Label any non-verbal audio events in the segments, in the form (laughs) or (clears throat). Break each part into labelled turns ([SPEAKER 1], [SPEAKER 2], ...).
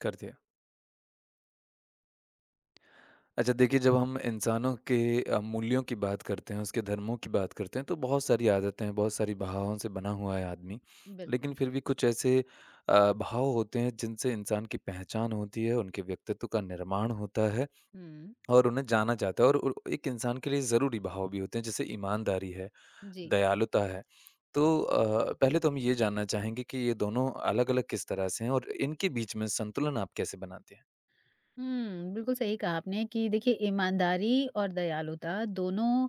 [SPEAKER 1] कर दिया। अच्छा देखिए जब हम इंसानों के मूल्यों की बात करते हैं, उसके धर्मों की बात करते हैं, तो बहुत सारी आदतें हैं, बहुत सारी भावों से बना हुआ है आदमी। लेकिन
[SPEAKER 2] बिल्कुल।
[SPEAKER 1] फिर भी कुछ ऐसे भाव होते हैं जिनसे इंसान की पहचान होती है, उनके व्यक्तित्व का निर्माण होता है
[SPEAKER 2] हुँ,
[SPEAKER 1] और उन्हें जाना जाता है और उ एक इंसान के लिए ज़रूरी भाव भी होते हैं जैसे ईमानदारी है,
[SPEAKER 2] जी।
[SPEAKER 1] दयालुता है। तो पहले तो हम ये जानना चाहेंगे कि ये दोनों अलग-अलग किस तरह से हैं और इनके बीच में संतुलन आप कैसे बनाते हैं?
[SPEAKER 2] हुँ, बिल्कुल सही कहा आपने कि देखिए ईमानदारी और दयालुता दोनों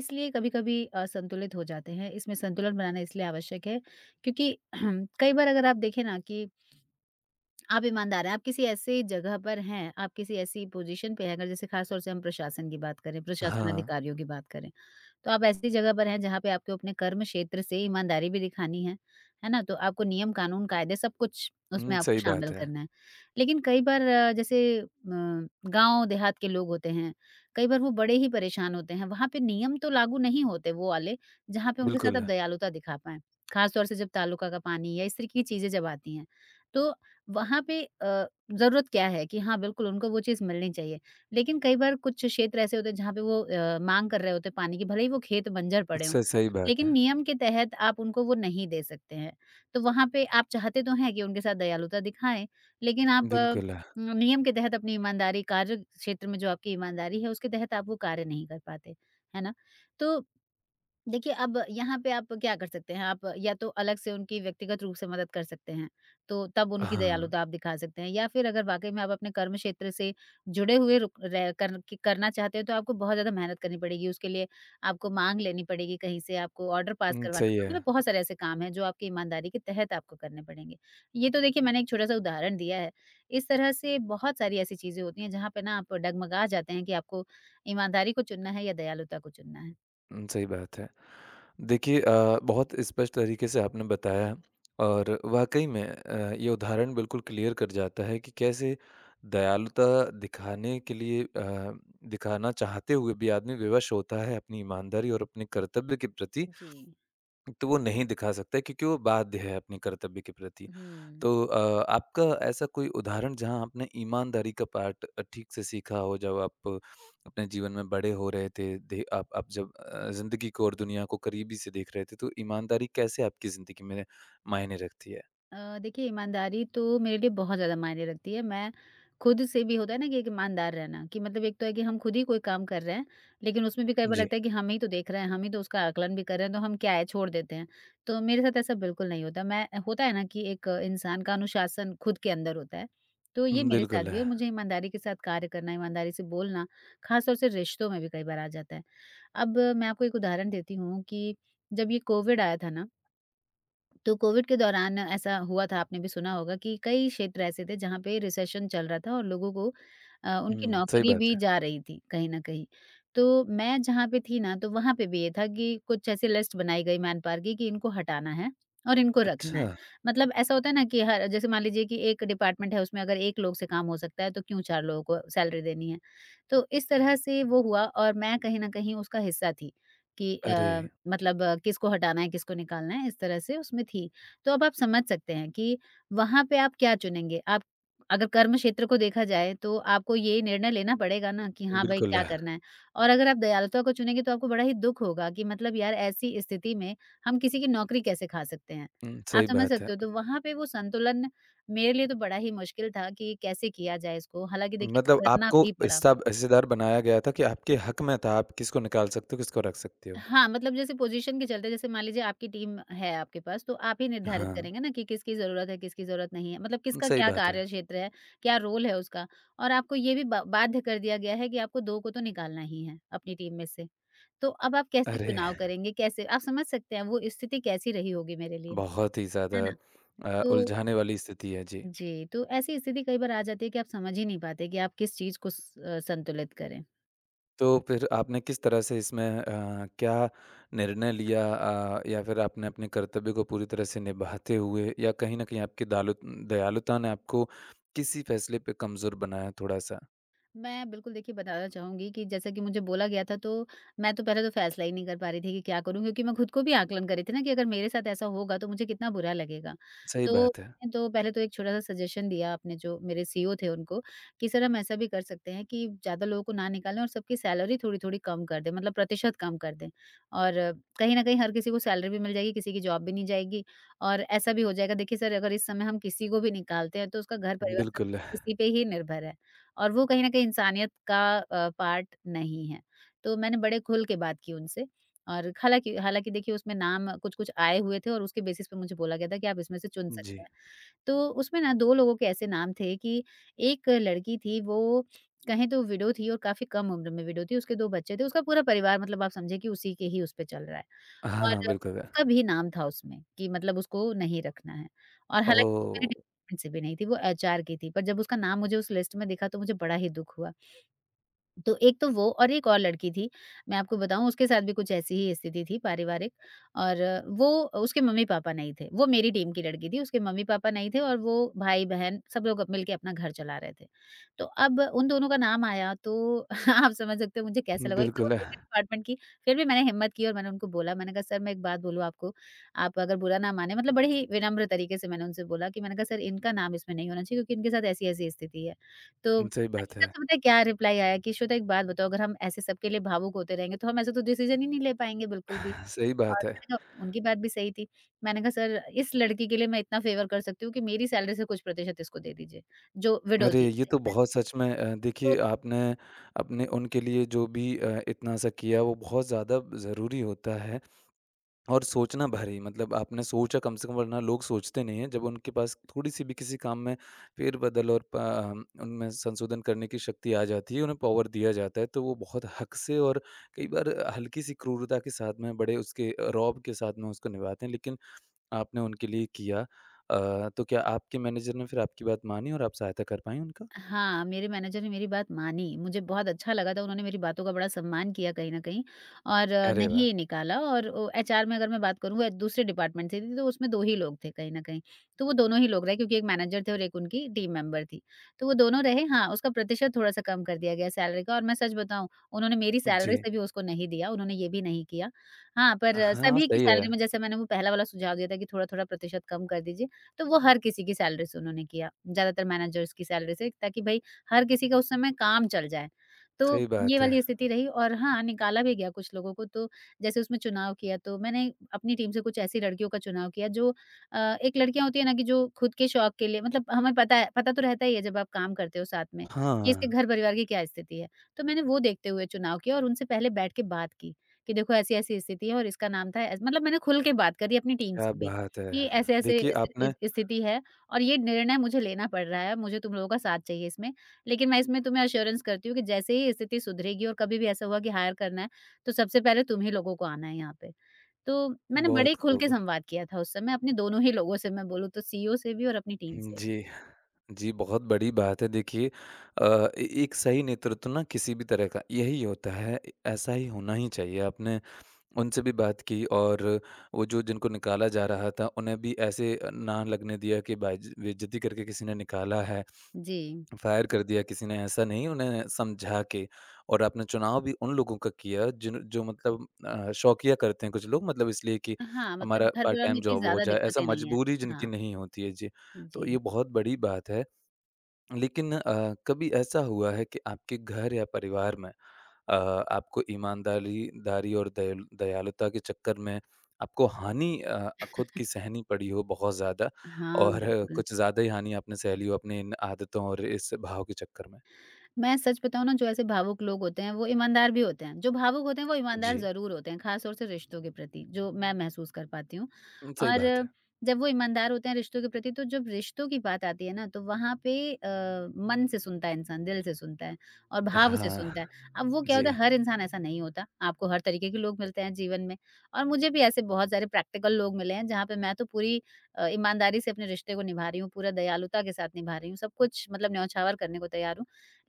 [SPEAKER 2] इसलिए कभी-कभी असंतुलित हो जाते हैं। इसमें संतुलन बनाना इसलिए आवश्यक है क्योंकि (clears throat) कई बार अगर आप देखें ना कि आप ईमानदार हैं, आप किसी ऐसी जगह पर हैं, आप किसी ऐसी पोज़ीशन पे हैं। अगर जैसे ख़ास तौर से हम प्रशासन की बात करें, प्रशासन
[SPEAKER 1] हाँ।
[SPEAKER 2] अधिकारियों की बात करें। तो आप ऐसी जगह पर हैं जहाँ पे आपको अपने कर्म क्षेत्र से ईमानदारी भी दिखानी है ना? तो आपको नियम, कानून, कायदे सब कुछ उसमें
[SPEAKER 1] हुँ,
[SPEAKER 2] आपको
[SPEAKER 1] सही बात
[SPEAKER 2] शामिल
[SPEAKER 1] है।
[SPEAKER 2] करना है। लेकिन कई बार जैसे गाँव देहात के लोग होते हैं, कई बार वो बड़े ही परेशान होते हैं, वहाँ पे नियम तो लागू नहीं होते वो वाले, जहाँ पे उनके साथ
[SPEAKER 1] बिल्कुल,
[SPEAKER 2] आप दयालुता दिखा पाएँ। खास तौर से जब तालुका का पानी या इस तरह की चीज़ें जब आती हैं, तो वहाँ पे ज़रूरत क्या है कि हाँ, बिल्कुल उनको वो चीज़ मिलनी चाहिए। लेकिन कई बार कुछ क्षेत्र ऐसे होते हैं जहाँ पे वो माँग कर रहे होते हैं पानी की, भले ही वो खेत बंजर पड़े हों,
[SPEAKER 1] स सही बात
[SPEAKER 2] लेकिन
[SPEAKER 1] है।
[SPEAKER 2] नियम के तहत आप उनको वो नहीं दे सकते हैं। तो वहाँ पे आप चाहते तो हैं कि उनके साथ दयालुता दिखाएँ, लेकिन आप
[SPEAKER 1] बिल्कुल,
[SPEAKER 2] नियम के तहत अपनी ईमानदारी, कार्य क्षेत्र में जो आपकी ईमानदारी है, उसके तहत आप वो कार्य नहीं कर पाते, है ना? तो देखिए, अब यहाँ पे आप क्या कर सकते हैं, आप या तो अलग से उनकी व्यक्तिगत रूप से मदद कर सकते हैं, तो तब उनकी
[SPEAKER 1] हाँ,
[SPEAKER 2] दयालुता आप दिखा सकते हैं, या फिर अगर वाक़ई में आप अपने कर्म क्षेत्र से जुड़े हुए रुक रह कर कि- करना चाहते हो, तो आपको बहुत ज़्यादा मेहनत करनी पड़ेगी। उसके लिए आपको माँग लेनी पड़ेगी कहीं से, आपको ऑर्डर पास करवाना
[SPEAKER 1] सही
[SPEAKER 2] पड़ेगा,
[SPEAKER 1] है।
[SPEAKER 2] मतलब बहुत सारे ऐसे काम हैं, जो आपकी ईमानदारी के तहत आपको करने पड़ेंगे। ये तो देखिए मैंने एक छोटा-सा उदाहरण दिया है, इस तरह से बहुत सारी ऐसी चीज़ें होती हैं, जहाँ पे ना आप डगमगा जाते हैं कि आपको ईमानदारी को चुनना है या दयालुता को चुनना है।
[SPEAKER 1] सही बात है। देखिए बहुत स्पष्ट तरीके से आपने बताया और वाक़ई में ये उदाहरण बिल्कुल क्लियर कर जाता है कि कैसे दयालुता दिखाने के लिए दिखाना चाहते हुए भी आदमी विवश होता है अपनी ईमानदारी और अपने कर्तव्य के प्रति।
[SPEAKER 2] जी।
[SPEAKER 1] तो वो नहीं दिखा सकता है क्योंकि वो बाध्य है अपने कर्तव्य के प्रति।
[SPEAKER 2] हुँ।
[SPEAKER 1] तो आपका ऐसा कोई उदाहरण जहाँ आपने ईमानदारी का पाठ ठीक से सीखा हो जब आप अपने जीवन में बड़े हो रहे थे, दे आप जब ज़िंदगी को और दुनिया को करीबी से देख रहे थे, तो ईमानदारी कैसे आपकी ज़िंदगी में मायने रखती है?
[SPEAKER 2] देखिए ईमानदारी तो मेरे लिए बहुत ज़्यादा मायने रखती है। मैं, खुद से भी होता है ना कि एक ईमानदार रहना, कि मतलब एक तो है कि हम खुद ही कोई काम कर रहे हैं, लेकिन उसमें भी कई बार
[SPEAKER 1] जी।
[SPEAKER 2] लगता है कि हम ही तो देख रहे हैं, हम ही तो उसका आकलन भी कर रहे हैं, तो हम क्या है छोड़ देते हैं। तो मेरे साथ ऐसा बिल्कुल नहीं होता। मैं, होता है ना कि एक इंसान का अनुशासन खुद के अंदर होता है, तो ये
[SPEAKER 1] हुँ,
[SPEAKER 2] मेरे साथ
[SPEAKER 1] बिल्कुल
[SPEAKER 2] भी है,
[SPEAKER 1] है।
[SPEAKER 2] और मुझे ईमानदारी के साथ कार्य करना, ईमानदारी से बोलना, ख़ास तौर से रिश्तों में भी कई बार आ जाता है। अब मैं आपको एक उदाहरण देती हूँ कि जब ये कोविड आया था ना, तो कोविड के दौरान ऐसा हुआ था, आपने भी सुना होगा, कि कई क्षेत्र ऐसे थे जहाँ पे रिसेशन चल रहा था और लोगों को उनकी
[SPEAKER 1] हुँ, सही
[SPEAKER 2] नौकरी
[SPEAKER 1] बात
[SPEAKER 2] भी
[SPEAKER 1] है।
[SPEAKER 2] जा रही थी कहीं न कहीं। तो मैं जहाँ पे थी ना, तो वहाँ पे भी ये था कि कुछ ऐसी लिस्ट बनाई गई मैनपावर की, कि इनको हटाना है और इनको रखना
[SPEAKER 1] अच्छा,
[SPEAKER 2] है। मतलब ऐसा होता है ना कि हर, जैसे मान लीजिए कि एक डिपार्टमेंट है, उसमें अगर 1 लोग से काम हो सकता है, तो क्यों 4 लोगों को सैलरी देनी है? तो इस तरह से वो हुआ, और मैं कहीं न कहीं उसका हिस्सा थी। कि
[SPEAKER 1] अरे!
[SPEAKER 2] मतलब किसको हटाना है, किसको निकालना है, इस तरह से उसमें थी। तो अब आप समझ सकते हैं कि वहाँ पे आप क्या चुनेंगे? आप अगर कर्म क्षेत्र को देखा जाए, तो आपको ये निर्णय लेना पड़ेगा ना कि हाँ भाई,
[SPEAKER 1] बिल्कुल
[SPEAKER 2] क्या
[SPEAKER 1] है।
[SPEAKER 2] करना है? और अगर आप दयालुता को चुनेंगे, तो आपको बड़ा ही दुःख होगा कि मतलब यार, ऐसी स्थिति में हम किसी की नौकरी कैसे खा सकते हैं?
[SPEAKER 1] हुँ,
[SPEAKER 2] आप
[SPEAKER 1] सही
[SPEAKER 2] समझ
[SPEAKER 1] बात है।
[SPEAKER 2] सकते हो? तो वहाँ पे वो संतुलन मेरे लिए तो बड़ा ही मुश्किल था कि कैसे किया जाए इसको? हालाँकि देखिए,
[SPEAKER 1] मतलब
[SPEAKER 2] करना
[SPEAKER 1] आपको
[SPEAKER 2] भी पड़ा।
[SPEAKER 1] हिस्सा हिस्सेदार बनाया गया था कि आपके हक में था, आप किसको निकाल सकते हो, किसको रख सकते हो।
[SPEAKER 2] हाँ, मतलब जैसे पोज़ीशन के चलते, जैसे मान लीजिए आपकी टीम है आपके पास, तो आप ही निर्धारित
[SPEAKER 1] हाँ,
[SPEAKER 2] करेंगे ना कि किसकी ज़रूरत है, किसकी ज़रूरत नहीं है। मतलब किसका
[SPEAKER 1] सही
[SPEAKER 2] क्या
[SPEAKER 1] बात है।
[SPEAKER 2] कार्य क्षेत्र है, क्या रोल है उसका। और आपको ये भी बा बाध्य कर दिया गया है कि आपको 2 को तो निकालना ही है अपनी टीम में से। तो अब आप कैसे
[SPEAKER 1] अरे!
[SPEAKER 2] चुनाव करेंगे? कैसे आप समझ सकते हैं वो स्थिति कैसी रही होगी मेरे लिए,
[SPEAKER 1] बहुत ही ज़्यादा
[SPEAKER 2] है ना? तो
[SPEAKER 1] उलझाने वाली स्थिति है, जी।
[SPEAKER 2] जी, तो ऐसी स्थिति कई बार आ जाती है कि आप समझ ही नहीं पाते कि आप किस चीज़ को संतुलित करें।
[SPEAKER 1] तो फिर आपने किस तरह से इसमें क्या निर्णय लिया, या फिर आपने अपने कर्तव्य को पूरी तरह से निभाते हुए या कहीं न कहीं आपकी दालु दयालुता ने आपको किसी फैसले पे कमज़ोर बनाया थोड़ा-सा?
[SPEAKER 2] मैं बिल्कुल देखिए बताना चाहूँगी कि जैसा कि मुझे बोला गया था, तो मैं तो पहले तो फ़ैसला ही नहीं कर पा रही थी कि क्या करूँ, क्योंकि मैं खुद को भी आकलन कर रही थी ना कि अगर मेरे साथ ऐसा होगा तो मुझे कितना बुरा लगेगा।
[SPEAKER 1] सही
[SPEAKER 2] तो
[SPEAKER 1] बात है।
[SPEAKER 2] मैंने तो पहले तो एक छोटा-सा सजेशन दिया अपने, जो मेरे सीईओ थे उनको, कि सर, हम ऐसा भी कर सकते हैं कि ज़्यादा लोगों को ना निकालें और सबकी सैलरी थोड़ी-थोड़ी कम कर दें, मतलब प्रतिशत कम कर दें। और कहीं न कहीं हर किसी को सैलरी भी मिल जाएगी, किसी की जॉब भी नहीं जाएगी, और ऐसा भी हो जाएगा। देखिए सर, अगर इस समय हम किसी को भी निकालते हैं, तो उसका घर-परिवार सब
[SPEAKER 1] बिल्कुल,
[SPEAKER 2] कुछ इसी पे ही निर्भर है। और वो कहीं न कहीं इंसानियत का पार्ट नहीं है। तो मैंने बड़े खुल के बात की उनसे। और हालाँकि हालाँकि देखिए, उसमें नाम कुछ-कुछ आए हुए थे, और उसके बेसिस पे मुझे बोला गया था कि आप इसमें से चुन
[SPEAKER 1] जी।
[SPEAKER 2] सकते हैं। तो उसमें ना 2 लोगों के ऐसे नाम थे कि एक लड़की थी वो, कहें तो विडो थी, और काफ़ी कम उम्र में विडो थी, उसके 2 बच्चे थे, उसका पूरा परिवार, मतलब आप समझिए कि उसी के ही, उस पे चल रहा है। और
[SPEAKER 1] हाँ, बिल्कुल।
[SPEAKER 2] उसका भी नाम था उसमें, कि मतलब उसको नहीं रखना है। और हालाँकि वो मेरे
[SPEAKER 1] ओह!
[SPEAKER 2] डिपार्टमेंट से भी नहीं थी, वो एचआर की थी, पर जब उसका नाम मुझे उस लिस्ट में दिखा तो मुझे बड़ा ही दुःख हुआ। तो एक तो वो, और एक और लड़की थी, मैं आपको बताऊँ, उसके साथ भी कुछ ऐसी ही स्थिति थी पारिवारिक, और वो, उसके मम्मी-पापा नहीं थे। वो मेरी टीम की लड़की थी, उसके मम्मी-पापा नहीं थे और वो भाई-बहन सब लोग मिल के अपना घर चला रहे थे। तो अब उन दोनों का नाम आया तो (laughs) आप समझ सकते हो मुझे कैसा लगा। एक तो वो
[SPEAKER 1] बिल्कुल,
[SPEAKER 2] दूसरे डिपार्टमेंट की, फिर भी मैंने हिम्मत की और मैंने उनको बोला, मैंने कहा, सर मैं एक बात बोलूँ आपको, आप अगर बुरा ना माने मतलब बड़े ही विनम्र तरीके से मैंने उनसे बोला, कि मैंने कहा, सर इनका नाम इसमें नहीं होना चाहिए, क्योंकि इनके साथ ऐसी-ऐसी स्थिति है। तो
[SPEAKER 1] सही बात
[SPEAKER 2] एकदम
[SPEAKER 1] है।
[SPEAKER 2] से, पता है क्या रिप्लाई आया, कि श्वेता एक बात बताओ, अगर हम ऐसे सबके लिए भावुक होते रहेंगे तो हम ऐसे तो डिसीजन ही नहीं ले पाएँगे बिल्कुल भी।
[SPEAKER 1] सही
[SPEAKER 2] और
[SPEAKER 1] बात है।
[SPEAKER 2] मैंने कहा, उनकी बात भी सही थी। मैंने कहा, सर इस लड़की के लिए मैं इतना फ़ेवर कर सकती हूँ कि मेरी सैलरी से कुछ प्रतिशत इसको दे दीजिए, जो विडो
[SPEAKER 1] अरे!
[SPEAKER 2] थी।
[SPEAKER 1] ये तो बहुत सच में
[SPEAKER 2] तो
[SPEAKER 1] देखिए आपने अपने उनके लिए जो भी इतना सा किया, वो बहुत ज़्यादा ज़रूरी होता है और सोचना भरी, मतलब आपने सोचा कम से कम, वरना लोग सोचते नहीं हैं। जब उनके पास थोड़ी-सी भी किसी काम में फेरबदल और उनमें संशोधन करने की शक्ति आ जाती है, उन्हें पावर दिया जाता है तो वो बहुत हक से और कई बार हल्की-सी क्रूरता के साथ में बड़े उसके रौब के साथ में उसको निभाते हैं लेकिन आपने उनके लिए किया। तो क्या आपके मैनेजर ने फिर आपकी बात मानी और आप सहायता कर पाईं उनका?
[SPEAKER 2] हाँ, मेरे मैनेजर ने मेरी बात मानी। मुझे बहुत अच्छा लगा था, उन्होंने मेरी बातों का बड़ा सम्मान किया कहीं न कहीं, और
[SPEAKER 1] अरे वाह!
[SPEAKER 2] नहीं निकाला। और ओ एचआर में अगर मैं बात करूँ, वो दूसरे डिपार्टमेंट से थी, तो उसमें 2 ही लोग थे कहीं न कहीं। तो वो दोनों ही लोग रहे, क्योंकि एक मैनेजर थे और एक उनकी टीम मेंबर थी। तो वो दोनों रहे। हाँ, उसका प्रतिशत थोड़ा-सा कम कर दिया गया सैलरी का, और मैं सच बताऊँ, उन्होंने मेरी सैलरी
[SPEAKER 1] जी।
[SPEAKER 2] से भी उसको नहीं दिया, उन्होंने ये भी नहीं किया। हाँ, पर
[SPEAKER 1] हाँ,
[SPEAKER 2] सभी की
[SPEAKER 1] सही है।
[SPEAKER 2] सैलरी में जैसे मैंने वो पहला वाला सुझाव दिया था कि थोड़ा-थोड़ा प्रतिशत कम कर दीजिए, तो वो हर किसी की सैलरी से उन्होंने किया, ज़्यादातर मैनेजर्स की सैलरी से, ताकि भई हर किसी का उस समय काम चल जाए। तो
[SPEAKER 1] सही
[SPEAKER 2] ये
[SPEAKER 1] बात है।
[SPEAKER 2] वाली स्थिति रही। और हाँ, निकाला भी गया कुछ लोगों को, तो जैसे उसमें चुनाव किया, तो मैंने अपनी टीम से कुछ ऐसी लड़कियों का चुनाव किया, जो एक, लड़कियाँ होती है ना कि जो खुद के शौक के लिए, मतलब हमें पता है, पता तो रहता ही है जब आप काम करते हो साथ में, कि इसके
[SPEAKER 1] हाँ,
[SPEAKER 2] घर-परिवार की क्या स्थिति है। तो मैंने वो देखते हुए चुनाव किया, और उनसे पहले बैठ के बात की, कि देखो ऐसी-ऐसी स्थिति है और इसका नाम था ऐस, मतलब मैंने खुल के बात करी अपनी टीम
[SPEAKER 1] क्या
[SPEAKER 2] से भी।
[SPEAKER 1] बात है!
[SPEAKER 2] कि ऐसे-ऐसे
[SPEAKER 1] देखिए
[SPEAKER 2] ऐसे
[SPEAKER 1] आपने
[SPEAKER 2] इ स्थिति है, और ये निर्णय मुझे लेना पड़ रहा है, मुझे तुम लोगों का साथ चाहिए इसमें। लेकिन मैं इसमें तुम्हें एश्योरेंस करती हूँ कि जैसे ही स्थिति सुधरेगी और कभी भी ऐसा हुआ कि हायर करना है, तो सबसे पहले तुम ही लोगों को आना है यहाँ पे। तो मैंने बड़े ही
[SPEAKER 1] बहुत
[SPEAKER 2] खुल के
[SPEAKER 1] खूब।
[SPEAKER 2] संवाद किया था उस समय अपने दोनों ही लोगों से मैं बोलूँ तो सीईओ से भी और अपनी टीम से भी।
[SPEAKER 1] जी, जी, बहुत बड़ी बात है देखिए। ए एक सही नेतृत्व ना किसी भी तरह का यही होता है, ए ऐसा ही होना ही चाहिए। आपने उनसे भी बात की और वो जो जिनको निकाला जा रहा था, उन्हें भी ऐसे ना लगने दिया कि बाइज बेइज़्ज़ती करके किसी ने निकाला है।
[SPEAKER 2] जी।
[SPEAKER 1] फायर कर दिया किसी ने, ऐसा नहीं, उन्हें समझा के। और आपने चुनाव भी उन लोगों का किया जिन जो मतलब शौकिया करते हैं कुछ लोग, मतलब इसलिए कि
[SPEAKER 2] हाँ, मतलब
[SPEAKER 1] हमारा
[SPEAKER 2] घर
[SPEAKER 1] पार्ट
[SPEAKER 2] परिवार में
[SPEAKER 1] टाइम
[SPEAKER 2] इतनी
[SPEAKER 1] जॉब हो
[SPEAKER 2] ज़्यादा
[SPEAKER 1] जाए ऐसा,
[SPEAKER 2] दिक्कतें नहीं हैं।
[SPEAKER 1] मजबूरी जिनकी
[SPEAKER 2] हाँ,
[SPEAKER 1] नहीं होती है जी। तो
[SPEAKER 2] जी।
[SPEAKER 1] ये बहुत बड़ी बात है, लेकिन कभी ऐसा हुआ है कि आपके घर या परिवार में आपको ईमानदारी दारी और दयालुता के चक्कर में आपको हानि खुद की सहनी पड़ी हो बहुत ज़्यादा
[SPEAKER 2] हाँ,
[SPEAKER 1] और
[SPEAKER 2] बिल्कुल।
[SPEAKER 1] कुछ ज़्यादा ही हानि आपने सह ली हो अपनी इन आदतों और इस भाव के चक्कर में?
[SPEAKER 2] मैं सच बताऊँ ना, जो ऐसे भावुक लोग होते हैं, वो ईमानदार भी होते हैं। जो भावुक होते हैं, वो ईमानदार
[SPEAKER 1] जी।
[SPEAKER 2] ज़रूर होते हैं, ख़ास तौर से रिश्तों के प्रति, जो मैं महसूस कर पाती हूँ।
[SPEAKER 1] सही बात
[SPEAKER 2] और
[SPEAKER 1] है।
[SPEAKER 2] जब वो ईमानदार होते हैं रिश्तों के प्रति, तो जब रिश्तों की बात आती है ना, तो वहाँ पे मन से सुनता है इंसान, दिल से सुनता है और भाव से
[SPEAKER 1] हाँ,
[SPEAKER 2] सुनता है। अब वो क्या
[SPEAKER 1] जी।
[SPEAKER 2] होता है, हर इंसान ऐसा नहीं होता, आपको हर तरीके के लोग मिलते हैं जीवन में और मुझे भी ऐसे बहुत सारे प्रैक्टिकल लोग मिले हैं, जहाँ पे मैं तो पूरी ईमानदारी से अपने रिश्ते को निभा रही हूँ, पूरा दयालुता के साथ निभा रही हूँ, सब कुछ मतलब न्यौछावर करने को तैयार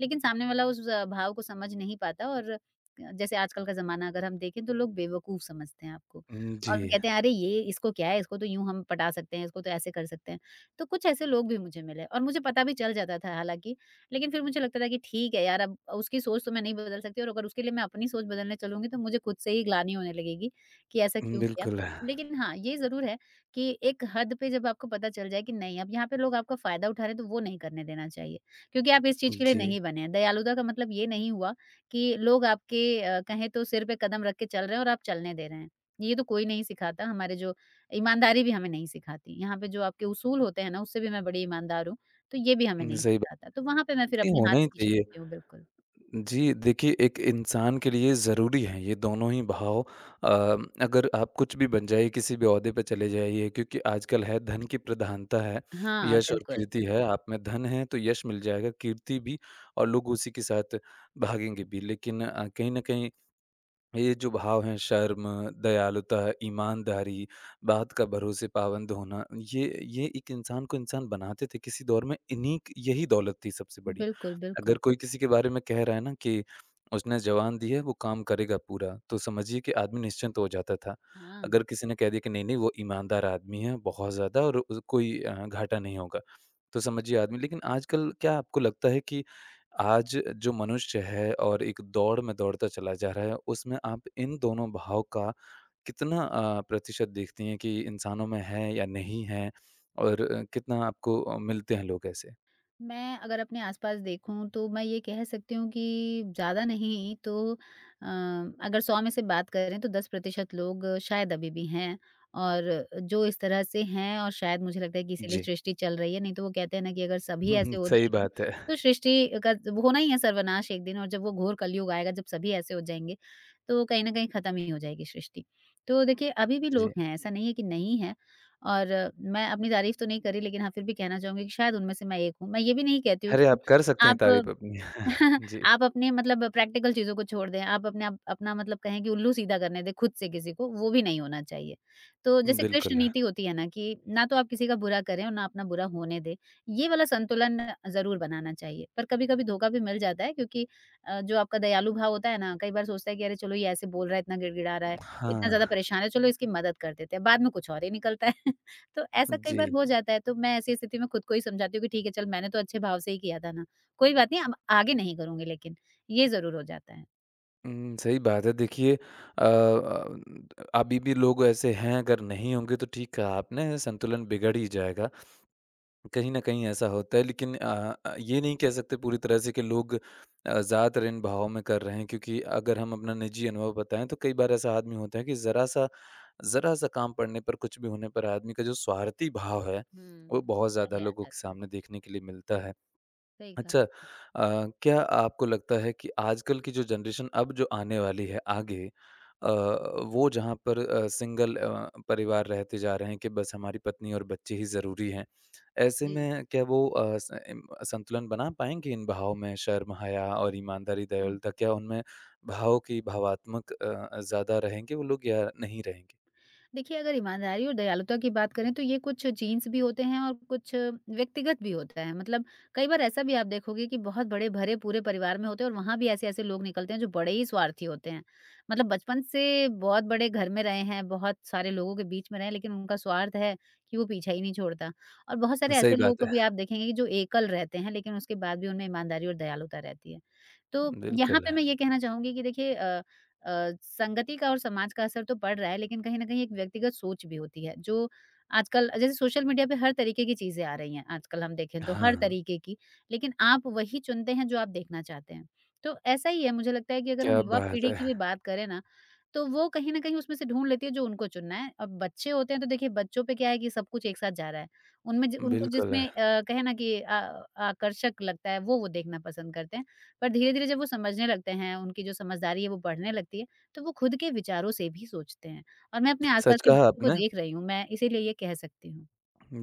[SPEAKER 2] लेकिन सामने वाला उस भाव को समझ नहीं पाता और जैसे आजकल का ज़माना अगर हम देखें तो लोग बेवकूफ़ समझते हैं आपको और
[SPEAKER 1] जी।
[SPEAKER 2] कहते हैं अरे ये इसको क्या है इसको तो यूँ हम पटा सकते हैं, इसको तो ऐसे कर सकते हैं। तो कुछ ऐसे लोग भी मुझे मिले और मुझे पता भी चल जाता था हालाँकि, लेकिन फिर मुझे लगता था कि ठीक है यार अब उसकी सोच तो मैं नहीं बदल सकती और अगर उसके लिए मैं अपनी सोच बदलने चलूँगी तो मुझे खुद से ही ग्लानि होने लगेगी कि ऐसा क्यों किया।
[SPEAKER 1] बिल्कुल।
[SPEAKER 2] लेकिन हाँ, ये ज़रूर है कि एक हद पे जब आपको पता चल जाए कि नहीं अब यहाँ पे लोग आपका फ़ायदा उठा रहे हैं तो वो नहीं करने देना चाहिए। क्योंकि आप इस चीज़ के लिए
[SPEAKER 1] जी।
[SPEAKER 2] नहीं बने हैं। दयालुता का मतलब ये नहीं हुआ कि लोग आपके कहें तो सिर पे कदम रख के चल रहे हैं और आप चलने दे रहे हैं। ये तो कोई नहीं सिखाता, हमारे जो ईमानदारी भी हमें नहीं सिखाती। यहाँ पे जो आपके उसूल होते हैं ना, उससे भी मैं बड़ी ईमानदार हूँ, तो ये भी हमें नहीं
[SPEAKER 1] सही बात।
[SPEAKER 2] सिखाता। तो वहाँ पे मैं फिर
[SPEAKER 1] नहीं
[SPEAKER 2] अपने हाथ
[SPEAKER 1] होना ही
[SPEAKER 2] खींच
[SPEAKER 1] चाहिए।
[SPEAKER 2] लेती हूँ, बिल्कुल।
[SPEAKER 1] जी, देखिए एक इंसान के लिए ज़रूरी है ये दोनों ही भाव। अगर आप कुछ भी बन जाइए, किसी भी ओहदे पे चले जाइए, क्योंकि आजकल है धन की प्रधानता है,
[SPEAKER 2] हाँ,
[SPEAKER 1] यश और
[SPEAKER 2] बिल्कुल।
[SPEAKER 1] कीर्ति है। आप में धन है तो यश मिल जाएगा, कीर्ति भी, और लोग उसी के साथ भागेंगे भी। लेकिन कहीं न कहीं ये जो भाव हैं शर्म, दयालुता, ईमानदारी, बात का भरोसे पाबंद होना, ये ये एक इंसान को इंसान बनाते थे। किसी दौर में इन्हीं क यही दौलत थी सबसे बड़ी।
[SPEAKER 2] बिल्कुल, बिल्कुल।
[SPEAKER 1] अगर कोई किसी के बारे में कह रहा है ना कि उसने जवान दी है, वो काम करेगा पूरा, तो समझिए कि आदमी निश्चिंत तो हो जाता था।
[SPEAKER 2] हाँ।
[SPEAKER 1] अगर किसी ने कह दिया कि नहीं-नहीं वो ईमानदार आदमी है बहुत ज़्यादा और उस कोई घाटा नहीं होगा, तो समझिए आदमी। लेकिन आजकल क्या आपको लगता है कि आज जो मनुष्य है और एक दौड़ में दौड़ता चला जा रहा है, उसमें आप इन दोनों भाव का कितना प्रतिशत देखती हैं कि इंसानों में है या नहीं है? और कितना आपको मिलते हैं लोग ऐसे?
[SPEAKER 2] मैं अगर अपने आस-पास देखूँ तो मैं ये कह सकती हूँ कि ज़्यादा नहीं तो अगर 100 में से बात करें तो 10% लोग शायद अभी भी हैं और जो इस तरह से हैं और शायद मुझे लगता है कि इसीलिए
[SPEAKER 1] जी।
[SPEAKER 2] सृष्टि चल रही है। नहीं तो वो कहते हैं ना कि अगर सभी ऐसे हो
[SPEAKER 1] (laughs) सही
[SPEAKER 2] जाएँगे
[SPEAKER 1] बात है।
[SPEAKER 2] तो सृष्टि का जब होना ही है सर्वनाश एक दिन और जब वो घोर कलयुग आएगा जब सभी ऐसे हो जाएँगे तो कहीं न कहीं खत्म ही हो जाएगी सृष्टि। तो देखिए अभी भी
[SPEAKER 1] जी।
[SPEAKER 2] लोग हैं, ऐसा नहीं है कि नहीं है। और मैं अपनी तारीफ़ तो नहीं करी लेकिन हाँ, फिर भी कहना चाहूँगी कि शायद उनमें से मैं एक हूँ। मैं ये भी नहीं कहती हूँ
[SPEAKER 1] अरे,
[SPEAKER 2] कि
[SPEAKER 1] आप कर सकते हैं
[SPEAKER 2] आप
[SPEAKER 1] तारीफ़ अपनी।
[SPEAKER 2] (laughs)
[SPEAKER 1] (laughs) जी,
[SPEAKER 2] आप अपने मतलब प्रैक्टिकल चीज़ों को छोड़ दें, आप अपने आप अपना मतलब कहें कि उल्लू सीधा करने दें खुद से किसी को, वो भी नहीं होना चाहिए। तो जैसे कृष्ण
[SPEAKER 1] बिल्कुल।
[SPEAKER 2] नीति होती है ना कि ना तो आप किसी का बुरा करें और ना अपना बुरा होने दें, ये वाला संतुलन ज़रूर बनाना चाहिए। पर कभी-कभी धोखा भी मिल जाता है क्योंकि जो आपका दयालु भाव होता है ना, कई बार सोचता है कि अरे चलो ये ऐसे बोल रहा है, इतना गिड़गिड़ा रहा है,
[SPEAKER 1] हाँ,
[SPEAKER 2] इतना ज़्यादा परेशान है, चलो इसकी मदद कर देते हैं, बाद में कुछ और ही निकलता है। (laughs) तो ऐसा कई
[SPEAKER 1] जी।
[SPEAKER 2] बार हो जाता है, तो मैं ऐसी स्थिति में खुद को ही समझाती हूँ कि ठीक है, चल मैंने तो अच्छे भाव से ही किया था ना, कोई बात नहीं अब आगे नहीं करूँगी लेकिन, ये ज़रूर हो जाता है।
[SPEAKER 1] सही बात है। देखिए अभी भी लोग ऐसे हैं, अगर नहीं होंगे तो ठीक कहा आपने, संतुलन बिगड़ ही जाएगा। कहीं न कहीं ऐसा होता है, लेकिन ये नहीं कह सकते पूरी तरह से कि लोग ज़्यादातर इन भावों में कर रहे हैं, क्योंकि अगर हम अपना निजी अनुभव बताएँ तो कई बार ऐसा आदमी होता है कि ज़रा-सा ज़रा-सा काम पड़ने पर, कुछ भी होने पर आदमी का जो स्वार्थी भाव है, वो
[SPEAKER 2] हुँ।
[SPEAKER 1] बहुत
[SPEAKER 2] वो
[SPEAKER 1] ज़्यादा
[SPEAKER 2] पहले आ
[SPEAKER 1] लोगों के
[SPEAKER 2] जाता है।
[SPEAKER 1] सामने देखने के लिए मिलता है।
[SPEAKER 2] सही कहा
[SPEAKER 1] अच्छा,
[SPEAKER 2] आपने।
[SPEAKER 1] क्या आपको लगता है कि आजकल की जो जनरेशन अब जो आने वाली है आगे, अ, वो जहाँ पर सिंगल परिवार रहते जा रहे हैं कि बस हमारी पत्नी और बच्चे ही ज़रूरी हैं। ऐसे
[SPEAKER 2] जी।
[SPEAKER 1] में क्या वो स इम संतुलन बना पाएँगे इन भावों में शर्म, हया और ईमानदारी, दयालुता, क्या उनमें भाव की भावात्मक ज़्यादा रहेंगे वो लोग या नहीं रहेंगे?
[SPEAKER 2] देखिए, अगर ईमानदारी और दयालुता की बात करें तो ये कुछ जीन्स भी होते हैं और कुछ व्यक्तिगत भी होता है। मतलब कई बार ऐसा भी आप देखोगे कि बहुत बड़े भरे पूरे परिवार में होते हैं और वहाँ भी ऐसे-ऐसे लोग निकलते हैं जो बड़े ही स्वार्थी होते हैं। मतलब बचपन से बहुत बड़े घर में रहे हैं, बहुत सारे लोगों के बीच में रहे हैं लेकिन उनका स्वार्थ है कि वो पीछा ही नहीं छोड़ता। और बहुत सारे ऐसे
[SPEAKER 1] सही
[SPEAKER 2] लोगों
[SPEAKER 1] बात
[SPEAKER 2] को भी
[SPEAKER 1] है।
[SPEAKER 2] आप देखेंगे कि जो एकल रहते हैं लेकिन उसके बाद भी उनमें ईमानदारी और दयालुता रहती है। तो यहाँ
[SPEAKER 1] बिल्कुल।
[SPEAKER 2] पे
[SPEAKER 1] है।
[SPEAKER 2] मैं ये कहना चाहूँगी कि देखिए, संगति का और समाज का असर तो पड़ रहा है, लेकिन कहीं न कहीं एक व्यक्तिगत सोच भी होती है, जो आजकल जैसे सोशल मीडिया पे हर तरीके की चीज़ें आ रही हैं, आजकल हम देखें तो हर
[SPEAKER 1] हाँ,
[SPEAKER 2] तरीके की, लेकिन आप वही चुनते हैं जो आप देखना चाहते हैं। तो ऐसा ही है मुझे लगता है कि अगर हम
[SPEAKER 1] क्या
[SPEAKER 2] युवा
[SPEAKER 1] बात
[SPEAKER 2] पीढ़ी
[SPEAKER 1] है!
[SPEAKER 2] की भी बात करें ना, तो वो कहीं न कहीं उसमें से ढूँढ लेती है जो उनको चुनना है। अब बच्चे होते हैं तो देखिए बच्चों पे क्या है कि सब कुछ एक साथ जा रहा है। उनमें ज उनको
[SPEAKER 1] बिल्कुल
[SPEAKER 2] जिसमें
[SPEAKER 1] है।
[SPEAKER 2] अ, कहे ना कि अ, आकर्षक लगता है वो देखना पसंद करते हैं। पर धीरे-धीरे जब वो समझने लगते हैं, उनकी जो समझदारी है वो बढ़ने लगती है, तो वो खुद के विचारों से भी सोचते हैं। और मैं अपने आस-पास
[SPEAKER 1] सच
[SPEAKER 2] के
[SPEAKER 1] कहा
[SPEAKER 2] बच्चों को
[SPEAKER 1] आपने।
[SPEAKER 2] देख रही हूँ, मैं इसीलिए ये कह सकती हूँ।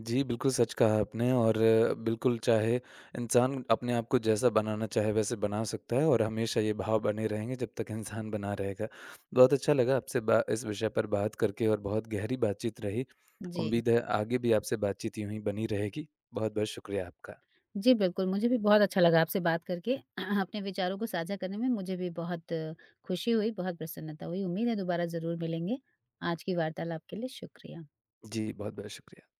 [SPEAKER 1] जी, बिल्कुल सच कहा आपने। और बिल्कुल, चाहे इंसान अपने आप को जैसा बनाना चाहे वैसे बना सकता है, और हमेशा ये भाव बने रहेंगे जब तक इंसान बना रहेगा। बहुत अच्छा लगा आपसे बा इस विषय पर बात करके और बहुत गहरी बातचीत रही।
[SPEAKER 2] जी।
[SPEAKER 1] उम्मीद है आगे भी आपसे बातचीत यूँ ही बनी रहेगी। बहुत-बहुत शुक्रिया आपका।
[SPEAKER 2] जी, बिल्कुल, मुझे भी बहुत अच्छा लगा आपसे बात करके। (clears throat) अपने विचारों को साझा करने में मुझे भी बहुत खुशी हुई, बहुत प्रसन्नता हुई। उम्मीद है दोबारा ज़रूर मिलेंगे। आज की वार्तालाप के लिए शुक्रिया।
[SPEAKER 1] जी, बहुत-बहुत शुक्रिया।